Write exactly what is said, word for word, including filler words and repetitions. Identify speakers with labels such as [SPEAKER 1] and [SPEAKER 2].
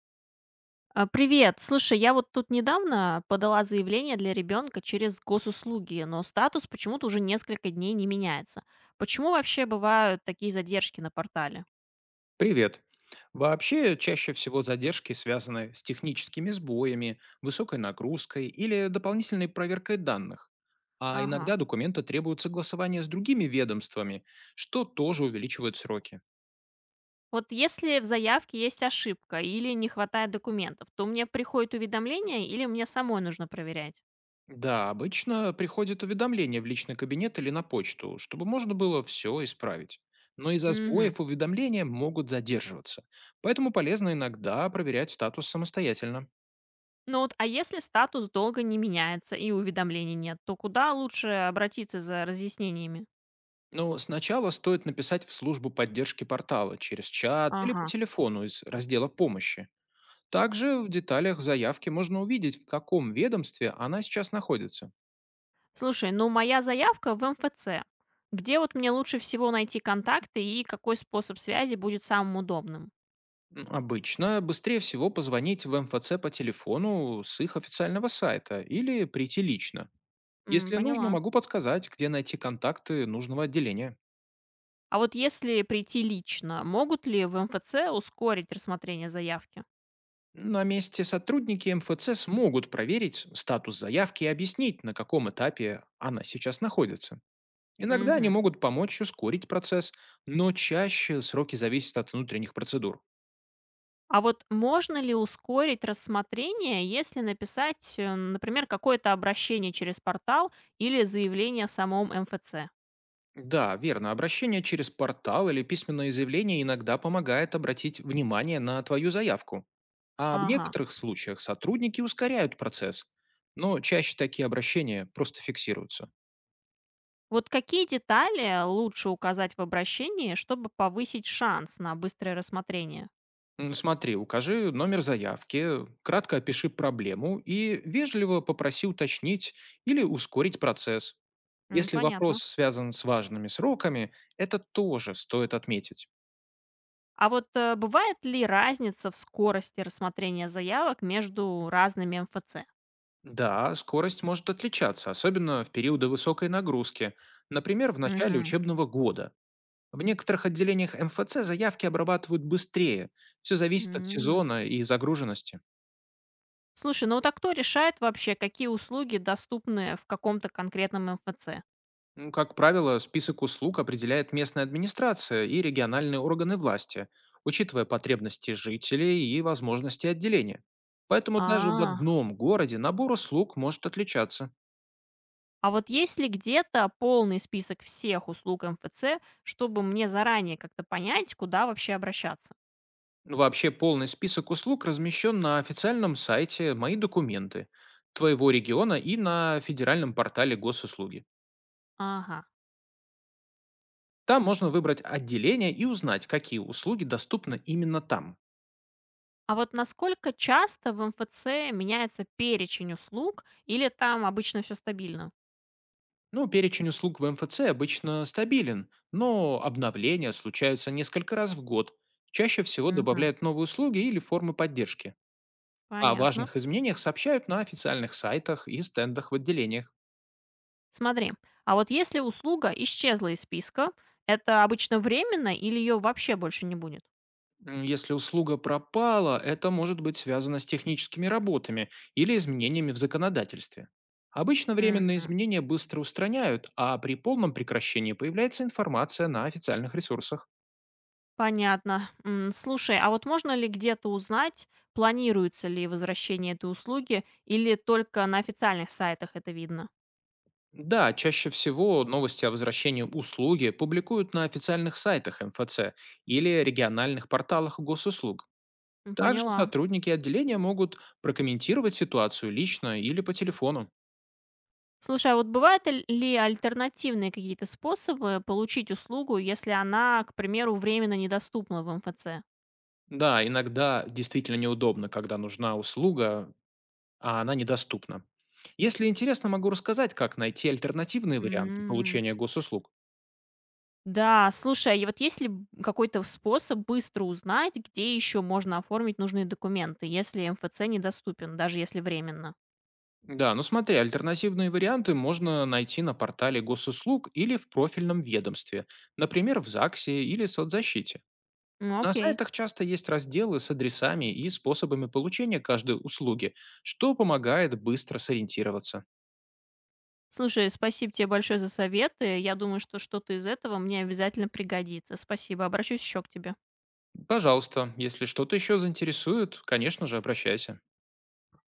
[SPEAKER 1] А, Привет. Слушай, я вот тут недавно подала заявление для ребенка через госуслуги, но статус почему-то уже несколько дней не меняется. Почему вообще бывают такие задержки на портале?
[SPEAKER 2] Привет. Вообще, чаще всего задержки связаны с техническими сбоями, высокой нагрузкой или дополнительной проверкой данных. А
[SPEAKER 1] Ага.
[SPEAKER 2] иногда документы требуют согласования с другими ведомствами, что тоже увеличивает сроки.
[SPEAKER 1] Вот если в заявке есть ошибка или не хватает документов, то мне приходит уведомление или мне самой нужно проверять?
[SPEAKER 2] Да, обычно приходит уведомление в личный кабинет или на почту, чтобы можно было все исправить. Но из-за
[SPEAKER 1] Угу.
[SPEAKER 2] сбоев уведомления могут задерживаться, поэтому полезно иногда проверять статус самостоятельно.
[SPEAKER 1] Ну вот, а если статус долго не меняется и уведомлений нет, то куда лучше обратиться за разъяснениями?
[SPEAKER 2] Ну, сначала стоит написать в службу поддержки портала через чат или по
[SPEAKER 1] Ага.
[SPEAKER 2] телефону из раздела помощи. Также в деталях заявки можно увидеть, в каком ведомстве она сейчас находится.
[SPEAKER 1] Слушай, ну моя заявка в МФЦ. Где вот мне лучше всего найти контакты и какой способ связи будет самым удобным?
[SPEAKER 2] М, Обычно быстрее всего позвонить в МФЦ по телефону с их официального сайта или прийти лично.
[SPEAKER 1] М,
[SPEAKER 2] Если нужно,
[SPEAKER 1] поняла.
[SPEAKER 2] могу подсказать, где найти контакты нужного отделения.
[SPEAKER 1] А вот если прийти лично, могут ли в МФЦ ускорить рассмотрение заявки?
[SPEAKER 2] На месте сотрудники МФЦ смогут проверить статус заявки и объяснить, на каком этапе она сейчас находится. Иногда они
[SPEAKER 1] Мгм.
[SPEAKER 2] могут помочь ускорить процесс, но чаще сроки зависят от внутренних процедур.
[SPEAKER 1] А вот можно ли ускорить рассмотрение, если написать, э, например, какое-то обращение через портал или заявление в самом МФЦ?
[SPEAKER 2] Да, верно. Обращение через портал или письменное заявление иногда помогает обратить внимание на твою заявку. А в
[SPEAKER 1] Ага.
[SPEAKER 2] некоторых случаях сотрудники ускоряют процесс. Но чаще такие обращения просто фиксируются.
[SPEAKER 1] Вот какие детали лучше указать в обращении, чтобы повысить шанс на быстрое рассмотрение?
[SPEAKER 2] М, Смотри, укажи номер заявки, кратко опиши проблему и вежливо попроси уточнить или ускорить процесс.
[SPEAKER 1] М,
[SPEAKER 2] Если вопрос
[SPEAKER 1] понятно.
[SPEAKER 2] связан с важными сроками, это тоже стоит отметить.
[SPEAKER 1] А вот, э, бывает ли разница в скорости рассмотрения заявок между разными МФЦ?
[SPEAKER 2] Да, скорость может отличаться, особенно в периоды высокой нагрузки, например, в начале
[SPEAKER 1] Мгм.
[SPEAKER 2] учебного года. В некоторых отделениях МФЦ заявки обрабатывают быстрее. Все зависит от
[SPEAKER 1] М.
[SPEAKER 2] сезона и загруженности.
[SPEAKER 1] Слушай, ну вот а кто решает вообще, какие услуги доступны в каком-то конкретном МФЦ?
[SPEAKER 2] Ну, как правило, список услуг определяет местная администрация и региональные органы власти, учитывая потребности жителей и возможности отделения. Поэтому даже в
[SPEAKER 1] А,
[SPEAKER 2] одном городе набор услуг может отличаться.
[SPEAKER 1] а вот есть ли где-то полный список всех услуг МФЦ, чтобы мне заранее как-то понять, куда вообще обращаться?
[SPEAKER 2] Вообще полный список услуг размещен на официальном сайте «Мои документы» твоего региона и на федеральном портале госуслуги.
[SPEAKER 1] Ага.
[SPEAKER 2] Там можно выбрать отделение и узнать, какие услуги доступны именно там.
[SPEAKER 1] А вот насколько часто в МФЦ меняется перечень услуг или там обычно все стабильно?
[SPEAKER 2] Ну, перечень услуг в МФЦ обычно стабилен, но обновления случаются несколько раз в год. Чаще всего
[SPEAKER 1] Мгм.
[SPEAKER 2] добавляют новые услуги или формы поддержки. О
[SPEAKER 1] Понятно.
[SPEAKER 2] важных изменениях сообщают на официальных сайтах и стендах в отделениях.
[SPEAKER 1] Смотри, а вот если услуга исчезла из списка, это обычно временно или ее вообще больше не будет?
[SPEAKER 2] М, Если услуга пропала, это может быть связано с техническими работами или изменениями в законодательстве. Обычно временные
[SPEAKER 1] Мгм.
[SPEAKER 2] изменения быстро устраняют, а при полном прекращении появляется информация на официальных ресурсах.
[SPEAKER 1] Понятно. М, слушай, а вот можно ли где-то узнать, планируется ли возвращение этой услуги или только на официальных сайтах это видно?
[SPEAKER 2] Да, чаще всего новости о возвращении услуги публикуют на официальных сайтах МФЦ или региональных порталах госуслуг.
[SPEAKER 1] М,
[SPEAKER 2] Также
[SPEAKER 1] поняла.
[SPEAKER 2] сотрудники отделения могут прокомментировать ситуацию лично или по телефону.
[SPEAKER 1] Слушай, а вот бывают л- ли альтернативные какие-то способы получить услугу, если она, к примеру, временно недоступна в МФЦ?
[SPEAKER 2] Да, иногда действительно неудобно, когда нужна услуга, а она недоступна. Если интересно, могу рассказать, как найти альтернативные варианты
[SPEAKER 1] М,
[SPEAKER 2] получения госуслуг.
[SPEAKER 1] да, слушай, и вот есть ли б- какой-то способ быстро узнать, где еще можно оформить нужные документы, если МФЦ недоступен, даже если временно?
[SPEAKER 2] Да, ну смотри, альтернативные варианты можно найти на портале госуслуг или в профильном ведомстве, например, в ЗАГСе или соцзащите.
[SPEAKER 1] Ну,
[SPEAKER 2] На
[SPEAKER 1] окей.
[SPEAKER 2] сайтах часто есть разделы с адресами и способами получения каждой услуги, что помогает быстро сориентироваться.
[SPEAKER 1] Слушай, спасибо тебе большое за советы. Я думаю, что что-то из этого мне обязательно пригодится. Спасибо. Обращусь еще к тебе.
[SPEAKER 2] Пожалуйста, если что-то еще заинтересует, конечно же, обращайся.